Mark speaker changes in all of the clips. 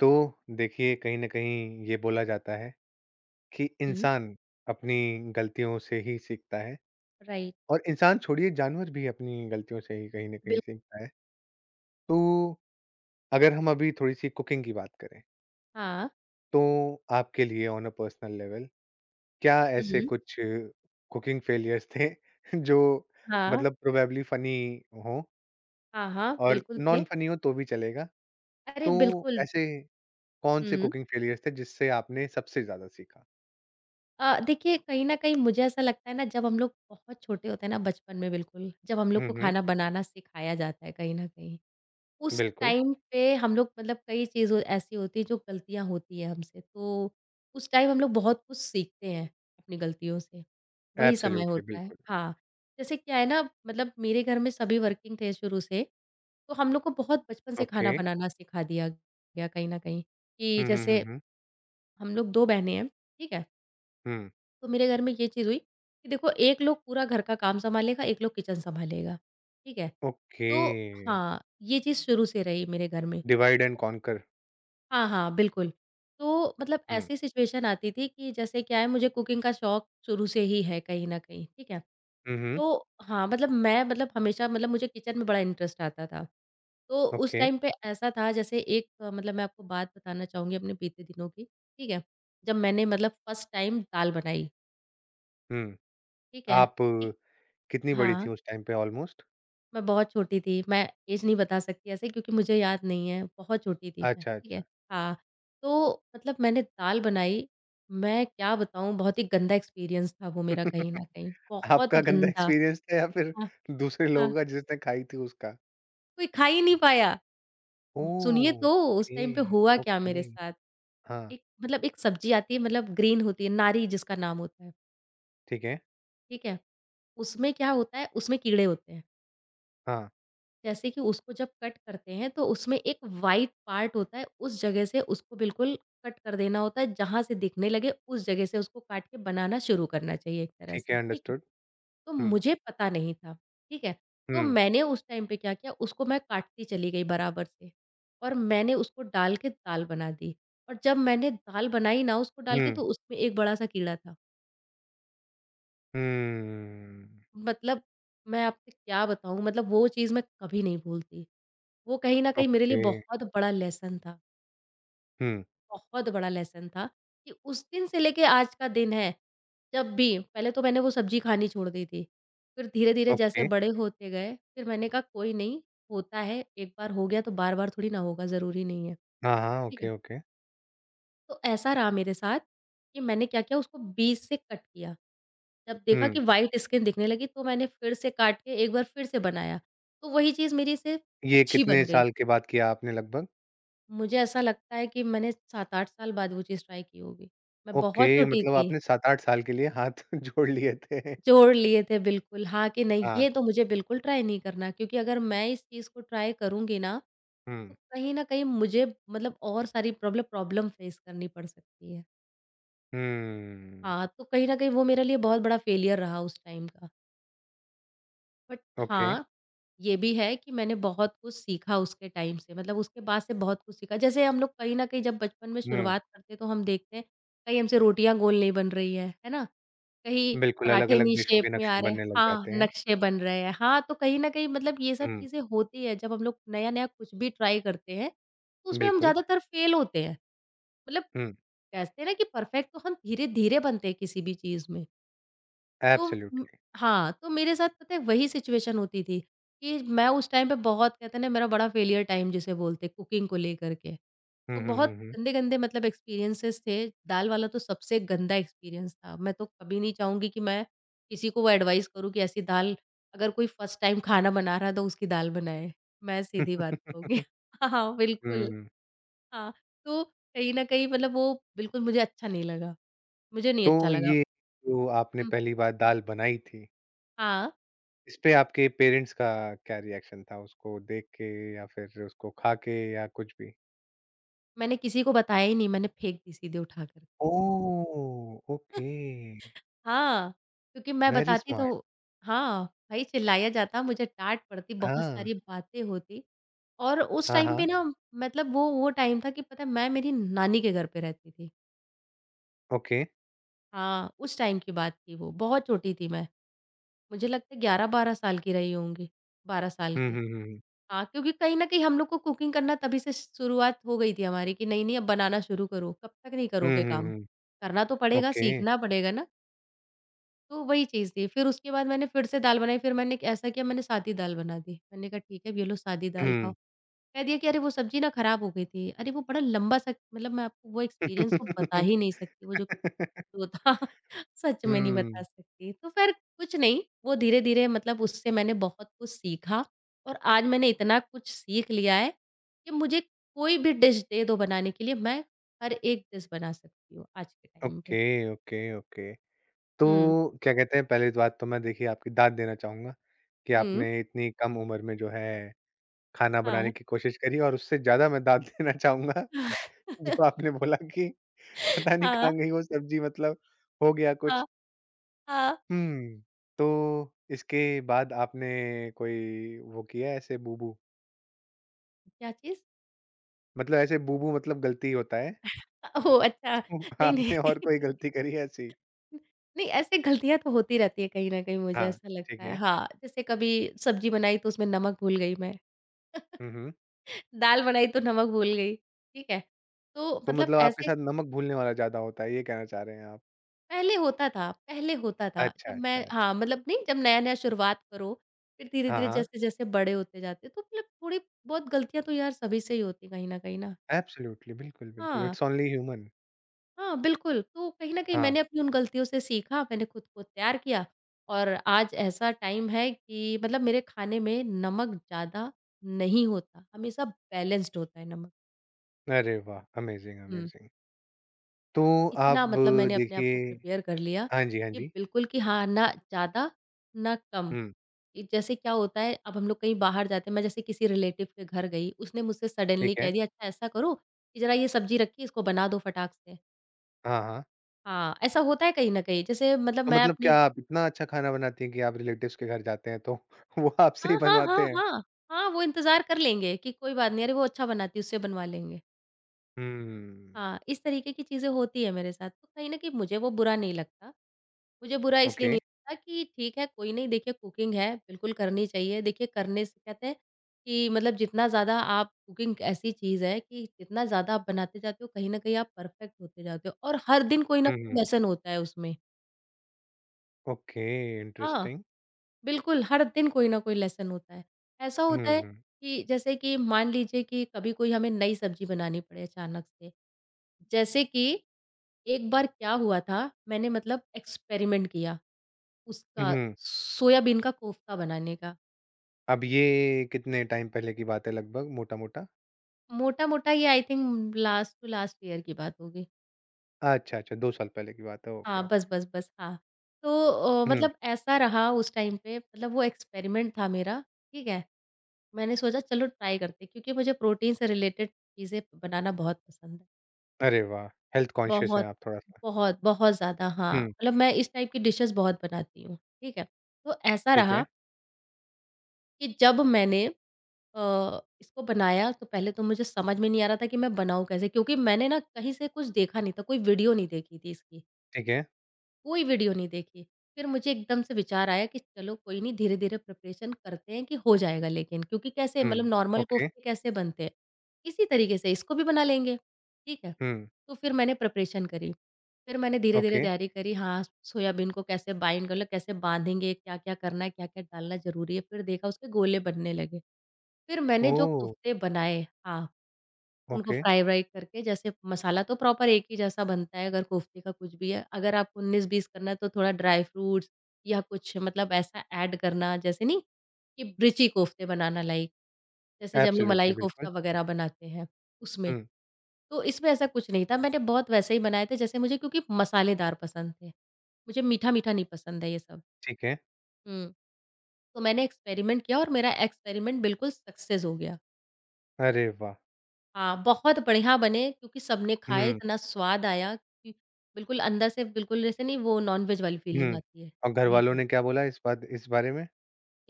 Speaker 1: तो देखिए कहीं ना कहीं ये बोला जाता है कि
Speaker 2: हुँ।
Speaker 1: इंसान अपनी गलतियों से ही सीखता है।
Speaker 2: राइट।
Speaker 1: और इंसान छोड़िए, जानवर भी अपनी गलतियों से ही कहीं ना कहीं
Speaker 2: बिल
Speaker 1: सीखता है। तो अगर हम अभी थोड़ी सी कुकिंग की बात करें,
Speaker 2: हाँ।
Speaker 1: तो आपके लिए ऑन अ पर्सनल लेवल क्या ऐसे
Speaker 2: हुँ।
Speaker 1: कुछ कुकिंग फेलियर्स थे जो,
Speaker 2: हाँ।
Speaker 1: मतलब, प्रोबेबली फनी हो
Speaker 2: हाँ, हाँ,
Speaker 1: और
Speaker 2: बिल्कुल
Speaker 1: नॉन
Speaker 2: थे।
Speaker 1: फनी हो तो भी चलेगा।
Speaker 2: अरे,
Speaker 1: तो
Speaker 2: बिल्कुल।
Speaker 1: ऐसे कौन से
Speaker 2: हुँ।
Speaker 1: कुकिंग फेलियर्स थे जिससे आपने सबसे ज्यादा सीखा?
Speaker 2: देखिए कहीं न कहीं मुझे ऐसा लगता है ना जब हम लोग बहुत छोटे होते हैं ना बचपन में बिल्कुल, जब हम लोग को
Speaker 1: हम्म।
Speaker 2: खाना बनाना सिखाया जाता है कहीं न कहीं। उस
Speaker 1: बिल्कुल।
Speaker 2: टाइम पे हम लोग कई चीज़ हो ऐसी होती है जो गलतियाँ होती है हमसे, तो उस टाइम हम लोग बहुत कुछ सीखते हैं अपनी गलतियों से। वही समय
Speaker 1: एब्सोल्युटली,
Speaker 2: होता है
Speaker 1: बिल्कुल।
Speaker 2: हाँ, जैसे क्या है ना मेरे घर में सभी वर्किंग थे शुरू से, तो हम लोग को बहुत बचपन से
Speaker 1: ओके।
Speaker 2: खाना बनाना सिखा दिया गया कहीं न कहीं, कि
Speaker 1: हुँ, हुँ, हुँ,
Speaker 2: जैसे
Speaker 1: हुँ।
Speaker 2: हम लोग 2 बहनें हैं, ठीक है?
Speaker 1: हुँ,
Speaker 2: तो मेरे घर में ये चीज़ हुई कि देखो एक लोग पूरा घर का काम सँभालेगा, एक लोग किचन सँभालेगा, ठीक है?
Speaker 1: ओके।
Speaker 2: तो हाँ, ये चीज़ शुरू से रही मेरे घर में।
Speaker 1: Divide and conquer.
Speaker 2: हाँ, हाँ, बिल्कुल। तो
Speaker 1: हुँ।
Speaker 2: ऐसी सिचुएशन आती थी कि जैसे क्या है मुझे कुकिंग का शौक शुरू से ही है कहीं न कहीं, ठीक है?
Speaker 1: हुँ, हुँ,
Speaker 2: तो हाँ, मतलब मैं मतलब हमेशा मुझे किचन में बड़ा इंटरेस्ट आता था। तो उस
Speaker 1: ओके।
Speaker 2: टाइम पे ऐसा था जैसे एक अ, मतलब मैं आपको बात बताना चाहूँगी अपने बीते दिनों की, ठीक है? जब मैंने फर्स्ट टाइम दाल बनाई,
Speaker 1: हुँ,
Speaker 2: ठीक है?
Speaker 1: आप
Speaker 2: ठीक
Speaker 1: कितनी बड़ी
Speaker 2: हाँ।
Speaker 1: थी उस टाइम पे ऑलमोस्ट?
Speaker 2: मैं बहुत छोटी थी, मैं ऐज नहीं बता सकती ऐसे क्योंकि मुझे याद नहीं है, बहुत छोटी थी मैं,
Speaker 1: अच्छा,
Speaker 2: ठीक है?
Speaker 1: अच्छा।
Speaker 2: हाँ, तो मैंने दाल बनाई, मैं क्या बताऊँ बहुत ही गंदा एक्सपीरियंस था वो मेरा कहीं न
Speaker 1: आपका
Speaker 2: कहीं, बहुत
Speaker 1: गंदा
Speaker 2: गंदा।
Speaker 1: एक्सपीरियंस था या फिर
Speaker 2: हाँ,
Speaker 1: दूसरे
Speaker 2: हाँ,
Speaker 1: लोगों का जिसने खाई थी उसका?
Speaker 2: कोई खा ही नहीं पाया। सुनिए
Speaker 1: ओह!
Speaker 2: तो उस
Speaker 1: ओके,
Speaker 2: टाइम पे हुआ क्या मेरे
Speaker 1: ओके।
Speaker 2: साथ,
Speaker 1: हाँ,
Speaker 2: एक सब्ज़ी आती है ग्रीन होती है, नारी जिसका नाम होता है,
Speaker 1: ठीक है।
Speaker 2: ठीक है? उसमें क्या होता है, उसमें कीड़े होते हैं।
Speaker 1: हाँ,
Speaker 2: जैसे कि उसको जब कट करते हैं तो उसमें एक वाइट पार्ट होता है उस जगह से उसको बिल्कुल कट कर देना होता है जहाँ से दिखने लगे उस जगह से उसको काट के बनाना शुरू करना चाहिए एक तरह
Speaker 1: ठीक है,
Speaker 2: से ठीक है।
Speaker 1: अंडरस्टूड।
Speaker 2: तो
Speaker 1: हुँ,
Speaker 2: मुझे पता नहीं था, ठीक है, तो
Speaker 1: हुँ,
Speaker 2: मैंने उस टाइम पे क्या किया उसको मैं काटती चली गई बराबर से और मैंने उसको डाल के दाल बना दी और जब मैंने दाल बनाई ना उसको डाल के
Speaker 1: हुँ,
Speaker 2: तो उसमें एक बड़ा सा कीड़ा था।
Speaker 1: हुँ।
Speaker 2: मतलब मैं आपसे क्या बताऊं, वो चीज़ मैं कभी नहीं भूलती। वो कहीं न कहीं मेरे लिए
Speaker 1: ओके।
Speaker 2: बहुत बड़ा लेसन था,
Speaker 1: हुँ,
Speaker 2: बहुत बड़ा लेसन था कि उस दिन से लेके आज का दिन है, जब भी पहले तो मैंने वो सब्ज़ी खानी छोड़ दी थी। फिर धीरे-धीरे जैसे
Speaker 1: ओके।
Speaker 2: बड़े होते गए, फिर मैंने कहा कोई नहीं, होता है, एक बार हो गया तो बार-बार थोड़ी ना होगा, ज़रूरी नहीं है।
Speaker 1: हाँ, हाँ,
Speaker 2: ठीक है?
Speaker 1: Okay, okay.
Speaker 2: तो ऐसा रहा मेरे साथ कि मैंने क्या किया उसको बीच से कट किया। जब देखा
Speaker 1: हुँ।
Speaker 2: कि व्हाइट स्किन दिखने लगी तो मैंने फिर से काट के एक बार फिर से बनाया। तो वही चीज़ मेरी से
Speaker 1: ये
Speaker 2: अच्छी
Speaker 1: कितने
Speaker 2: बन गई।
Speaker 1: साल के बाद किया आपने लगभग?
Speaker 2: मुझे ऐसा लगता है कि मैंने 7-8 साल बाद वो चीज़ ट्राई की होगी। मैं
Speaker 1: ओके,
Speaker 2: बहुत छोटी
Speaker 1: मतलब
Speaker 2: थी,
Speaker 1: आपने 7-8 साल के लिए हाथ जोड़ लिए थे।
Speaker 2: जोड़ लिए थे बिल्कुल हाँ कि नहीं
Speaker 1: हाँ,
Speaker 2: ये तो मुझे बिल्कुल ट्राई नहीं करना क्योंकि अगर मैं इस चीज़ को ट्राई करूँगी ना,
Speaker 1: हुँ,
Speaker 2: तो कहीं न कहीं मुझे और सारी प्रॉब्लम प्रॉब्लम फेस करनी पड़ सकती है।
Speaker 1: हुँ,
Speaker 2: हाँ, तो कहीं न कहीं वो मेरे लिए बहुत बड़ा फेलियर रहा उस टाइम का। बट
Speaker 1: ओके,
Speaker 2: हाँ, ये भी है कि मैंने बहुत कुछ सीखा उसके टाइम से, उसके बाद से बहुत कुछ सीखा। जैसे हम लोग कहीं न कहीं जब बचपन में
Speaker 1: हुँ,
Speaker 2: शुरुआत करते हैं, तो हम देखते हैं, कहीं हमसे रोटियाँ गोल नहीं बन रही हैं, है ना? कहीं
Speaker 1: बिल्कुल
Speaker 2: पराठे
Speaker 1: अलग-अलग
Speaker 2: नहीं
Speaker 1: देशों
Speaker 2: शेप
Speaker 1: के
Speaker 2: में आ
Speaker 1: नक्शे
Speaker 2: रहे हैं
Speaker 1: बनने लग
Speaker 2: हाँ,
Speaker 1: जाते हैं।
Speaker 2: नक्शे बन रहे हैं। हाँ, तो कहीं न कहीं ये सब
Speaker 1: हुँ,
Speaker 2: चीज़ें होती है, जब हम लोग नया-नया कुछ भी ट्राई करते हैं, तो उसमें हम
Speaker 1: बिल्कुल,
Speaker 2: ज़्यादातर फेल होते हैं। मतलब
Speaker 1: हुँ,
Speaker 2: कहते हैं ना कि परफेक्ट तो हम धीरे-धीरे बनते हैं किसी भी चीज़ में। तो उम,
Speaker 1: एब्सोल्यूटली,
Speaker 2: हाँ, तो मेरे साथ पता है वही सिचुएशन होती थी कि मैं उस टाइम पे बहुत कहते हैं ना मेरा बड़ा फेलियर टाइम जिसे बोलते हैं कुकिंग को लेकर के।
Speaker 1: हुँ,
Speaker 2: तो
Speaker 1: हुँ,
Speaker 2: बहुत
Speaker 1: हुँ, हुँ।
Speaker 2: गंदे-गंदे एक्सपीरियंसेस थे, दाल वाला तो सबसे गंदा एक्सपीरियंस था। मैं तो कभी नहीं चाहूँगी कि मैं किसी को वो एडवाइस करूँ कि ऐसी दाल अगर कोई फर्स्ट टाइम खाना बना रहा है तो उसकी दाल बनाए। मैं
Speaker 1: हुँ,
Speaker 2: सीधी बात कहूँगी। हाँ, हाँ, बिल्कुल। हाँ, तो कहीं न कहीं वो बिल्कुल मुझे अच्छा नहीं लगा, मुझे नहीं
Speaker 1: तो
Speaker 2: अच्छा लगा।
Speaker 1: ये जो आपने
Speaker 2: हुँ,
Speaker 1: पहली बार दाल बनाई थी,
Speaker 2: हाँ।
Speaker 1: इस पे आपके पेरेंट्स का क्या रिएक्शन था? उसको देख के या फिर उसको खा के या कुछ भी?
Speaker 2: मैंने किसी को बताया ही नहीं, मैंने फेंक दी सीधे उठा कर के।
Speaker 1: ओह! ओके,
Speaker 2: हाँ, क्योंकि मैं
Speaker 1: वेरी
Speaker 2: बताती
Speaker 1: स्मार्ट।
Speaker 2: तो हाँ, भाई चिल्लाया जाता, मुझे डाँट पड़ती, बहुत
Speaker 1: हाँ।
Speaker 2: सारी बातें होती और उस
Speaker 1: हाँ,
Speaker 2: टाइम
Speaker 1: हाँ।
Speaker 2: पे ना वो टाइम था कि पता है मैं मेरी नानी के घर पे रहती थी।
Speaker 1: ओके।
Speaker 2: हाँ, उस टाइम की बात थी वो, बहुत छोटी थी मैं। मुझे लगता है 11-12 साल की रही होंगी, 12 साल
Speaker 1: हुँ,
Speaker 2: की।
Speaker 1: हुँ, हुँ, हुँ।
Speaker 2: हाँ, क्योंकि कहीं न कहीं हम लोग को कुकिंग करना तभी से शुरुआत हो गई थी हमारी कि नहीं-नहीं अब बनाना शुरू करो, कब तक नहीं
Speaker 1: हुँ,
Speaker 2: करोगे
Speaker 1: हुँ,
Speaker 2: काम?
Speaker 1: हुँ।
Speaker 2: करना तो पड़ेगा,
Speaker 1: ओके।
Speaker 2: सीखना पड़ेगा ना। तो वही चीज़ थी। फिर उसके बाद मैंने फिर से दाल बनाई, फिर मैंने ऐसा किया मैंने सादी दाल बना दी। मैंने कहा ठीक है अब ये लो सादी दाल खाओ।
Speaker 1: हुँ।
Speaker 2: कह दिया कि अरे वो सब्ज़ी ना ख़राब हो गई थी। अरे वो बड़ा लंबा सा मैं आपको वो एक्सपीरियंस तो बता
Speaker 1: हुँ।
Speaker 2: ही नहीं सकती वो जो जो था सच में नहीं बता सकती। तो ख़ैर कुछ नहीं, वो धीरे-धीरे उससे मैंने बहुत कुछ सीखा और आज मैंने इतना कुछ सीख लिया है कि मुझे कोई भी डिश दे दो बनाने के लिए मैं हर एक डिश बना सकती हूँ आज के टाइम पे।
Speaker 1: Okay, okay, okay.
Speaker 2: हुँ।
Speaker 1: तो क्या कहते हैं, पहली बात तो मैं देखिए आपकी दाद देना चाहूँगा कि
Speaker 2: हुँ।
Speaker 1: आपने इतनी कम उम्र में जो है खाना बनाने
Speaker 2: हाँ।
Speaker 1: की कोशिश करी। और उससे ज़्यादा मैं दाद देना चाहूँगा जो आपने बोला कि पता नहीं
Speaker 2: हाँ,
Speaker 1: कहाँ गई वो सब्ज़ी, मतलब, हो गया कुछ।
Speaker 2: हाँ, हाँ।
Speaker 1: हुँ। तो इसके बाद आपने कोई वो किया है ऐसे बू-बू?
Speaker 2: क्या चीज़?
Speaker 1: मतलब ऐसे बू-बू मतलब गलती होता है।
Speaker 2: ओह! अच्छा। नहीं,
Speaker 1: आपने
Speaker 2: नहीं।
Speaker 1: और कोई गलती करी है ऐसी?
Speaker 2: नहीं, ऐसे गलतियाँ तो होती रहती है कहीं न कहीं मुझे
Speaker 1: हाँ,
Speaker 2: ऐसा
Speaker 1: ठीक
Speaker 2: लगता है।
Speaker 1: है।
Speaker 2: हाँ, जैसे कभी सब्ज़ी बनाई तो उसमें नमक भूल गई मैं।
Speaker 1: हुँ, हुँ।
Speaker 2: दाल बनाई तो नमक भूल गई, ठीक है? तो
Speaker 1: तो मतलब आपके
Speaker 2: ऐसे
Speaker 1: साथ नमक भूलने वाला ज़्यादा होता है, ये कहना चाह रहे हैं आप?
Speaker 2: पहले होता था
Speaker 1: अच्छा,
Speaker 2: जब
Speaker 1: अच्छा,
Speaker 2: मैं
Speaker 1: अच्छा।
Speaker 2: हाँ, मतलब नहीं जब नया-नया शुरुआत करो, फिर
Speaker 1: हाँ,
Speaker 2: धीरे-धीरे
Speaker 1: हाँ।
Speaker 2: जैसे-जैसे बड़े होते जाते तो थोड़ी बहुत गलतियाँ तो यार सभी से ही होती कहीं न कहीं ना।
Speaker 1: एब्सोल्युटली, बिल्कुल, बिल्कुल,
Speaker 2: हाँ।
Speaker 1: It's only human.
Speaker 2: हाँ, बिल्कुल। तो कहीं न कहीं
Speaker 1: हाँ।
Speaker 2: मैंने अपनी उन गलतियों से सीखा, मैंने खुद को तैयार किया और आज ऐसा टाइम है कि मेरे खाने में नमक ज़्यादा नहीं होता, हमेशा बैलेंस्ड होता है नमक।
Speaker 1: अरे वाह! Amazing,
Speaker 2: hmm,
Speaker 1: amazing. तो आप
Speaker 2: इतना मैंने अपने आप
Speaker 1: देखिए
Speaker 2: को प्रिपेयर कर लिया
Speaker 1: हाँ जी, हाँ
Speaker 2: कि
Speaker 1: जी।
Speaker 2: बिल्कुल कि हाँ, ना ज़्यादा, ना कम।
Speaker 1: हुँ,
Speaker 2: ये जैसे क्या होता है, अब हम लोग कहीं बाहर जाते हैं, मैं जैसे किसी रिलेटिव के घर गई, उसने मुझसे सडनली
Speaker 1: ठीक है।
Speaker 2: कह दिया, "अच्छा, ऐसा करो कि ज़रा ये सब्ज़ी रखी, इसको बना दो फटाक से।"
Speaker 1: हाँ, हाँ।
Speaker 2: हाँ, ऐसा होता है कहीं न कहीं। जैसे
Speaker 1: तो
Speaker 2: मैं
Speaker 1: मतलब क्या
Speaker 2: अपने
Speaker 1: आप इतना अच्छा खाना बनाती हैं कि आप रिलेटिव्स के घर जाते हैं तो वो आपसे ही
Speaker 2: हाँ, हाँ, हाँ,
Speaker 1: बनवाते हैं?
Speaker 2: हाँ। हाँ, वो इंतज़ार कर लेंगे कि कोई बात नहीं, अरे वो अच्छा बनाती है, उससे बनवा लेंगे।
Speaker 1: हुँ,
Speaker 2: हाँ, इस तरीके की चीज़ें होती हैं मेरे साथ। तो कहीं न कहीं मुझे वो बुरा नहीं लगता। मुझे बुरा इसलिए
Speaker 1: ओके।
Speaker 2: नहीं लगता कि ठीक है, कोई नहीं देखिए कुकिंग है, बिल्कुल करनी चाहिए। देखिए करने से कहते हैं कि जितना ज़्यादा आप कुकिंग ऐसी चीज़ है कि जितना ज़्यादा आप बनाते जाते हो, कहीं न कहीं आप परफ़ेक्ट होते जाते हो और हर दिन कोई ना
Speaker 1: हुँ, हुँ।
Speaker 2: कोई लेसन होता है उसमें।
Speaker 1: ओके,
Speaker 2: हाँ।
Speaker 1: इंटरेस्टिंग।
Speaker 2: बिल्कुल, हर दिन कोई ना कोई लेसन होता है। ऐसा होता है
Speaker 1: हुँ,
Speaker 2: कि जैसे कि मान लीजिए कि कभी कोई हमें नई सब्ज़ी बनानी पड़े अचानक से। जैसे कि एक बार क्या हुआ था, मैंने एक्सपेरिमेंट किया उसका
Speaker 1: हुँ।
Speaker 2: सोयाबीन का कोफ्ता बनाने का।
Speaker 1: अब ये कितने टाइम पहले की बात है लगभग मोटा-मोटा?
Speaker 2: मोटा-मोटा ये I think last to last year की बात होगी।
Speaker 1: अच्छा, अच्छा, 2 साल पहले की बात है। ओके,
Speaker 2: हाँ,
Speaker 1: ओके।
Speaker 2: बस, बस, बस, हाँ। तो
Speaker 1: हुँ,
Speaker 2: ऐसा रहा उस टाइम पे वो एक्सपेरिमेंट था मेरा, ठीक है? मैंने सोचा चलो ट्राई करते हैं क्योंकि मुझे प्रोटीन से रिलेटेड चीज़ें बनाना बहुत पसंद है।
Speaker 1: अरे वाह! हेल्थ कॉन्शियस हैं
Speaker 2: बहुत,
Speaker 1: आप थोड़ा-सा।
Speaker 2: बहुत ज़्यादा हाँ,
Speaker 1: हुँ,
Speaker 2: मैं इस टाइप की डिशेस बहुत बनाती हूँ, ठीक है? तो ऐसा
Speaker 1: ठीक है,
Speaker 2: रहा कि जब मैंने इसको बनाया तो पहले तो मुझे समझ में नहीं आ रहा था कि मैं बनाऊँ कैसे? क्योंकि मैंने ना कहीं से कुछ देखा नहीं था, कोई वीडियो नहीं देखी थी इसकी।
Speaker 1: ठीक है।
Speaker 2: कोई वीडियो नहीं देखी। फिर मुझे एकदम से विचार आया कि चलो कोई नहीं धीरे-धीरे प्रिपरेशन करते हैं कि हो जाएगा, लेकिन क्योंकि कैसे
Speaker 1: हुँ,
Speaker 2: मतलब नॉर्मल
Speaker 1: ओके।
Speaker 2: कोफ्ते कैसे बनते हैं, इसी तरीके से इसको भी बना लेंगे, ठीक है।
Speaker 1: हुँ,
Speaker 2: तो फिर मैंने प्रिपरेशन करी। फिर मैंने धीरे-धीरे
Speaker 1: ओके।
Speaker 2: तैयारी करी, हाँ, सोयाबीन को कैसे बाइंड कर लो, कैसे बांधेंगे, क्या-क्या करना है, क्या-क्या डालना ज़रूरी है। फिर देखा उसके गोले बनने लगे। फिर मैंने जो
Speaker 1: ओह!
Speaker 2: कोफ्ते बनाए, हाँ, उनको
Speaker 1: ओके।
Speaker 2: फ्राई-व्राई करके जैसे मसाला तो प्रॉपर एक ही जैसा बनता है अगर कोफ्ते का कुछ भी है। अगर आपको 19-20 करना है तो थोड़ा ड्राई फ्रूट्स या कुछ मतलब ऐसा ऐड करना जैसे नहीं कि ब्रिची कोफ्ते बनाना लाइक, जैसे जब हम लोग
Speaker 1: एब्सोल्युटली,
Speaker 2: मलाई कोफ्ता
Speaker 1: बिल्कुल।
Speaker 2: वगैरह बनाते हैं उसमें।
Speaker 1: हुँ,
Speaker 2: तो इसमें ऐसा कुछ नहीं था, मैंने बहुत वैसे ही बनाए थे जैसे मुझे, क्योंकि मसालेदार पसंद थे। मुझे मीठा-मीठा नहीं पसंद है ये सब।
Speaker 1: ठीक है।
Speaker 2: हुँ। तो मैंने एक्सपेरिमेंट किया और मेरा एक्सपेरिमेंट बिल्कुल सक्सेस हो गया।
Speaker 1: अरे वाह!
Speaker 2: हाँ, बहुत बढ़िया बने क्योंकि सबने खाए,
Speaker 1: हुँ,
Speaker 2: इतना स्वाद आया कि बिल्कुल अंदर से बिल्कुल जैसे नहीं वो नॉन-वेज वाली फीलिंग
Speaker 1: हुँ।
Speaker 2: आती है।
Speaker 1: और
Speaker 2: तो
Speaker 1: घरवालों ने
Speaker 2: बिल्कुल,
Speaker 1: क्या बोला इस बात इस बारे में?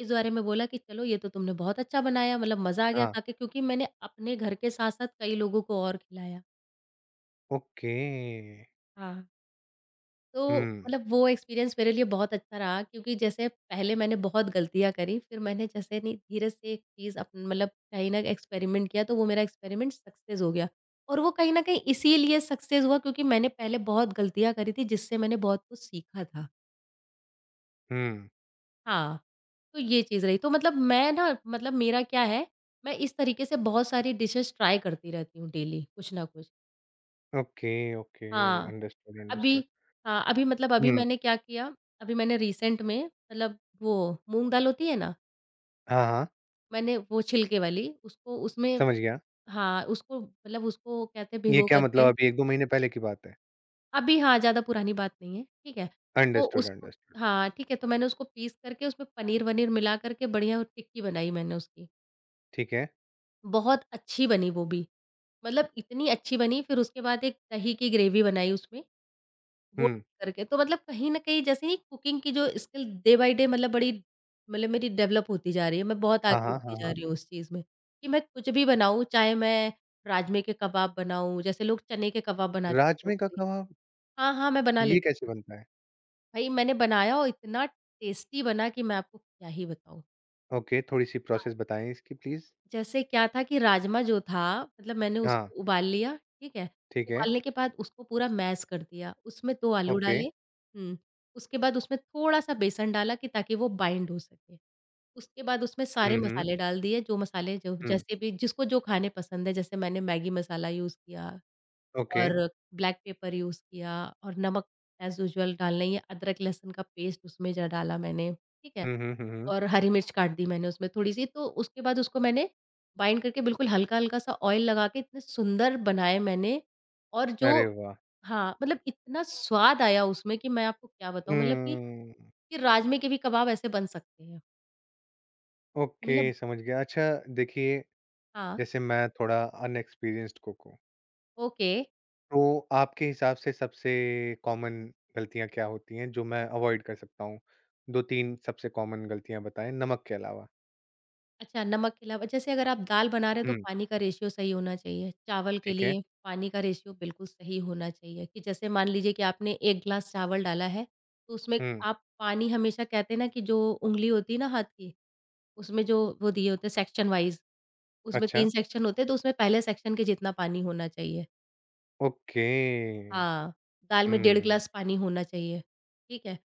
Speaker 2: इस बारे में बोला कि चलो ये तो तुमने बहुत अच्छा बनाया, मतलब मज़ा आ गया
Speaker 1: हाँ,
Speaker 2: खा के, क्योंकि मैंने अपने घर के साथ-साथ कई लोगों को और खिलाया।
Speaker 1: ओके।
Speaker 2: हाँ। तो
Speaker 1: हुँ,
Speaker 2: मतलब वो एक्सपीरियंस मेरे लिए बहुत अच्छा रहा क्योंकि जैसे पहले मैंने बहुत गलतियाँ करी, फिर मैंने जैसे नहीं धीरे से एक चीज़ अप मतलब कहीं न एक्सपेरिमेंट किया तो वो मेरा एक्सपेरिमेंट सक्सेस हो गया। और वो कहीं न कहीं इसीलिए सक्सेस हुआ क्योंकि मैंने पहले बहुत गलतियाँ करी थी जिससे मैंने बहुत कुछ सीखा था।
Speaker 1: हुँ।
Speaker 2: हाँ, तो ये चीज़ रही। तो मतलब मैं ना मतलब मेरा क्या है, मैं इस तरीके से बहुत सारी डिशेज़ ट्राई करती रहती हूँ, डेली कुछ ना कुछ।
Speaker 1: Okay, okay.
Speaker 2: हाँ,
Speaker 1: अंडरस्टूड,
Speaker 2: अभी,
Speaker 1: अंडरस्टूड।
Speaker 2: हाँ, अभी मतलब अभी
Speaker 1: हुँ,
Speaker 2: मैंने क्या किया, अभी मैंने रिसेंट में मतलब वो मूँग दाल होती है ना,
Speaker 1: हाँ, हाँ।
Speaker 2: मैंने वो छिलके वाली उसको उसमें
Speaker 1: समझ गया।
Speaker 2: हाँ, उसको मतलब उसको कहते हैं
Speaker 1: ये
Speaker 2: भिगो
Speaker 1: क्या
Speaker 2: करके।
Speaker 1: मतलब अभी 1-2 महीने पहले की बात है?
Speaker 2: अभी हाँ, ज़्यादा पुरानी बात नहीं है, ठीक है? तो
Speaker 1: अंडरस्टूड,
Speaker 2: उसको,
Speaker 1: अंडरस्टूड।
Speaker 2: हाँ, ठीक है, तो मैंने उसको पीस करके उसमें पनीर-वनीर मिला करके बढ़िया टिक्की बनाई मैंने उसकी।
Speaker 1: ठीक है।
Speaker 2: बहुत अच्छी बनी वो भी, मतलब इतनी अच्छी बनी, फिर उसके बाद एक दही की ग्रेवी बनाई उसमें। वो
Speaker 1: हुँ।
Speaker 2: करके तो मतलब कहीं न कहीं जैसे ही कुकिंग की जो स्किल डे बाय डे मतलब बड़ी मतलब मेरी डेवलप होती जा रही है, मैं बहुत
Speaker 1: हाँ,
Speaker 2: आगे
Speaker 1: हाँ,
Speaker 2: बढ़ती
Speaker 1: हाँ,
Speaker 2: जा
Speaker 1: हाँ।
Speaker 2: रही हूँ उस चीज़ में, कि मैं कुछ भी बनाऊँ, चाहे मैं राजमे के कबाब बनाऊँ, जैसे लोग चने के कबाब बनाते हैं
Speaker 1: राजमे का
Speaker 2: मोस्टली।
Speaker 1: कबाब,
Speaker 2: हाँ, हाँ, मैं बना
Speaker 1: ये
Speaker 2: लेती
Speaker 1: कैसे
Speaker 2: हूँ।
Speaker 1: बनता है?
Speaker 2: भाई मैंने बनाया और इतना टेस्टी बना कि मैं आपको क्या ही बताऊँ।
Speaker 1: ओके, थोड़ी-सी प्रोसेस बताएँ इसकी प्लीज़?
Speaker 2: जैसे क्या था कि राजमा जो था, मतलब मैंने
Speaker 1: हाँ,
Speaker 2: उसको उबाल लिया, ठीक है?
Speaker 1: ठीक है।
Speaker 2: उबालने के बाद उसको पूरा मैश कर दिया, उसमें 2 आलू
Speaker 1: ओके।
Speaker 2: डाले, हुँ, उसके बाद उसमें थोड़ा-सा बेसन डाला कि ताकि वो बाइंड हो सके। उसके बाद उसमें सारे
Speaker 1: हुँ, हुँ,
Speaker 2: मसाले डाल दिए, जो मसाले जो
Speaker 1: हुँ।
Speaker 2: जैसे भी जिसको जो खाने पसंद है, जैसे मैंने मैगी मसाला यूज़ किया
Speaker 1: ओके।
Speaker 2: और ब्लैक पेपर यूज़ किया और नमक एज़ यूजुअल डालना ही है, अदरक लहसुन का पेस्ट उसमें ज डाला मैंने, ठीक है?
Speaker 1: हुँ, हुँ, हुँ, हुँ।
Speaker 2: और हरी मिर्च काट दी मैंने उसमें थोड़ी-सी, तो उसके बाद उसको मैंने बाइंड करके बिल्कुल हल्का-हल्का सा ऑयल लगा के इतने सुंदर बनाए मैंने। और जो
Speaker 1: अरे वाह!
Speaker 2: हाँ, मतलब इतना स्वाद आया उसमें कि मैं आपको क्या बताऊँ मतलब
Speaker 1: हुँ।
Speaker 2: कि राजमे के भी कबाब ऐसे बन सकते हैं। मतलब
Speaker 1: ओके, समझ गया। अच्छा देखिए,
Speaker 2: हाँ,
Speaker 1: जैसे मैं थोड़ा अनएक्सपीरियंस्ड कुक हूँ,
Speaker 2: ओके।
Speaker 1: तो आपके हिसाब से सबसे कॉमन गलतियाँ क्या होती हैं, जो मैं अवॉइड कर सकता हूँ? 2-3 सबसे कॉमन गलतियाँ बताएँ नमक के अलावा।
Speaker 2: अच्छा, नमक के अलावा जैसे अगर आप दाल बना रहे हैं तो
Speaker 1: हुँ,
Speaker 2: पानी का रेशियो सही होना चाहिए। चावल के
Speaker 1: ठीक है।
Speaker 2: लिए पानी का रेशियो बिल्कुल सही होना चाहिए कि जैसे मान लीजिए कि आपने 1 ग्लास चावल डाला है, तो उसमें
Speaker 1: हुँ,
Speaker 2: आप पानी हमेशा कहते हैं ना कि जो उँगली होती है ना हाथ की, उसमें जो वो दिए होते हैं सेक्शन वाइज़, उसमें
Speaker 1: अच्छा,
Speaker 2: 3 सेक्शन होते हैं तो उसमें पहले सेक्शन के जितना पानी होना चाहिए।
Speaker 1: ओके।
Speaker 2: हाँ, दाल में 1.5
Speaker 1: हुँ,
Speaker 2: ग्लास पानी होना चाहिए, ठीक है?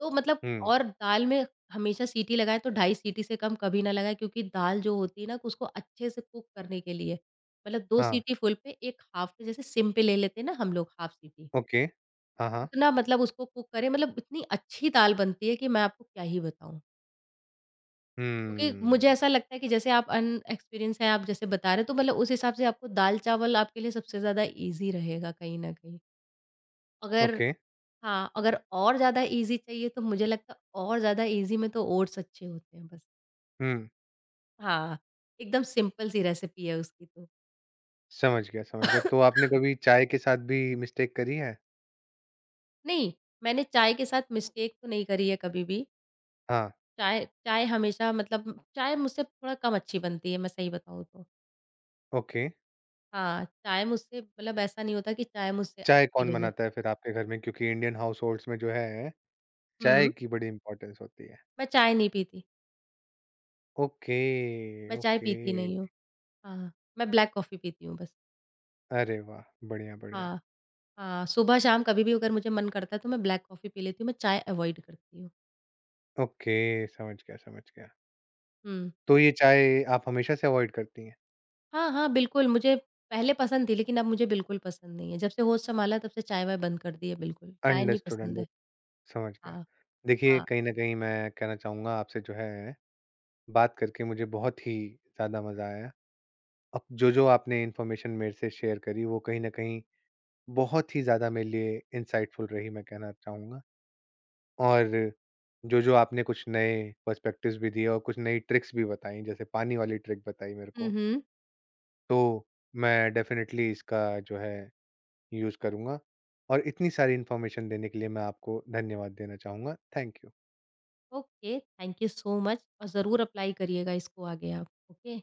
Speaker 2: तो मतलब
Speaker 1: हुँ,
Speaker 2: और दाल में हमेशा सीटी लगाएँ तो 2.5 सीटी से कम कभी ना लगाएँ क्योंकि दाल जो होती है ना उसको अच्छे से कुक करने के लिए मतलब 2
Speaker 1: हाँ,
Speaker 2: सीटी फुल पे, 1 हाफ़ पे, जैसे सिम पे ले लेते हैं ना हम लोग हाफ़ सीटी।
Speaker 1: ओके। हाँ, हाँ,
Speaker 2: उतना मतलब उसको कुक करें, मतलब इतनी अच्छी दाल बनती है कि मैं आपको क्या ही बताऊँ। क्योंकि मुझे
Speaker 1: हुँ,
Speaker 2: ऐसा लगता है कि जैसे आप अनएक्सपीरियंस हैं, आप जैसे बता रहे हो तो मतलब उस हिसाब से आपको दाल-चावल आपके लिए सबसे ज़्यादा ईज़ी रहेगा कहीं न कहीं। अगर
Speaker 1: ओके,
Speaker 2: हाँ, अगर और ज़्यादा ईज़ी चाहिए तो मुझे लगता है और ज़्यादा ईज़ी में तो ओट्स अच्छे होते हैं बस।
Speaker 1: हुँ,
Speaker 2: हाँ, एकदम सिंपल सी रेसिपी है उसकी तो।
Speaker 1: समझ गया, समझ गया। तो आपने कभी चाय के साथ भी मिस्टेक करी है?
Speaker 2: नहीं, मैंने चाय के साथ मिस्टेक तो नहीं करी है कभी भी।
Speaker 1: हाँ,
Speaker 2: चाय चाय हमेशा मतलब चाय मुझसे थोड़ा कम अच्छी बनती है, मैं सही बताऊँ तो।
Speaker 1: ओके।
Speaker 2: हाँ, चाय मुझसे मतलब ऐसा नहीं होता कि चाय मुझसे
Speaker 1: चाय
Speaker 2: अच्छी
Speaker 1: कौन
Speaker 2: बने।
Speaker 1: बनाता है फिर आपके घर में? क्योंकि इंडियन हाउसहोल्ड्स में जो है, चाय
Speaker 2: हुँ,
Speaker 1: की बड़ी इम्पोर्टेंस होती है।
Speaker 2: मैं चाय नहीं पीती,
Speaker 1: ओके,
Speaker 2: मैं चाय
Speaker 1: ओके।
Speaker 2: पीती नहीं हूँ। हाँ, मैं ब्लैक कॉफ़ी पीती हूँ बस।
Speaker 1: अरे वाह! बढ़िया, बढ़िया।
Speaker 2: हाँ। हाँ, सुबह शाम कभी भी अगर मुझे मन करता है तो मैं ब्लैक कॉफ़ी पी लेती हूँ, मैं चाय अवॉइड करती हूँ।
Speaker 1: ओके, समझ गया, समझ गया।
Speaker 2: हुँ।
Speaker 1: तो ये चाय आप हमेशा से अवॉइड करती हैं?
Speaker 2: हाँ, हाँ, बिल्कुल। मुझे पहले पसंद थी लेकिन अब मुझे बिल्कुल पसंद नहीं है। जब से होश संभाला है तब से चाय-वाय बंद कर दी है बिल्कुल, चाय नहीं
Speaker 1: अंडरस्टूड,
Speaker 2: पसंद है।
Speaker 1: अंडरस्टूड। समझ गया।
Speaker 2: हाँ,
Speaker 1: देखिए,
Speaker 2: हाँ।
Speaker 1: कहीं न कहीं मैं कहना चाहूँगा आपसे जो है, बात करके मुझे बहुत ही ज़्यादा मज़ा आया। अब जो-जो आपने इन्फॉर्मेशन मेरे से शेयर करी, वो कहीं न कहीं बहुत ही ज़्यादा मेरे लिए इनसाइटफुल रही, मैं कहना चाहूँगा। और जो-जो आपने कुछ नए पर्सपेक्टिव्स भी दिए और कुछ नई ट्रिक्स भी बताई, जैसे पानी वाली ट्रिक बताई मेरे
Speaker 2: हुँ,
Speaker 1: को,
Speaker 2: हुँ।
Speaker 1: तो मैं डेफ़िनिटली इसका जो है, यूज़ करूँगा। और इतनी सारी इन्फॉर्मेशन देने के लिए मैं आपको धन्यवाद देना चाहूँगा। Thank you.
Speaker 2: Okay, thank you so much, और ज़रूर अप्लाई करिएगा इसको आगे आप। ओके?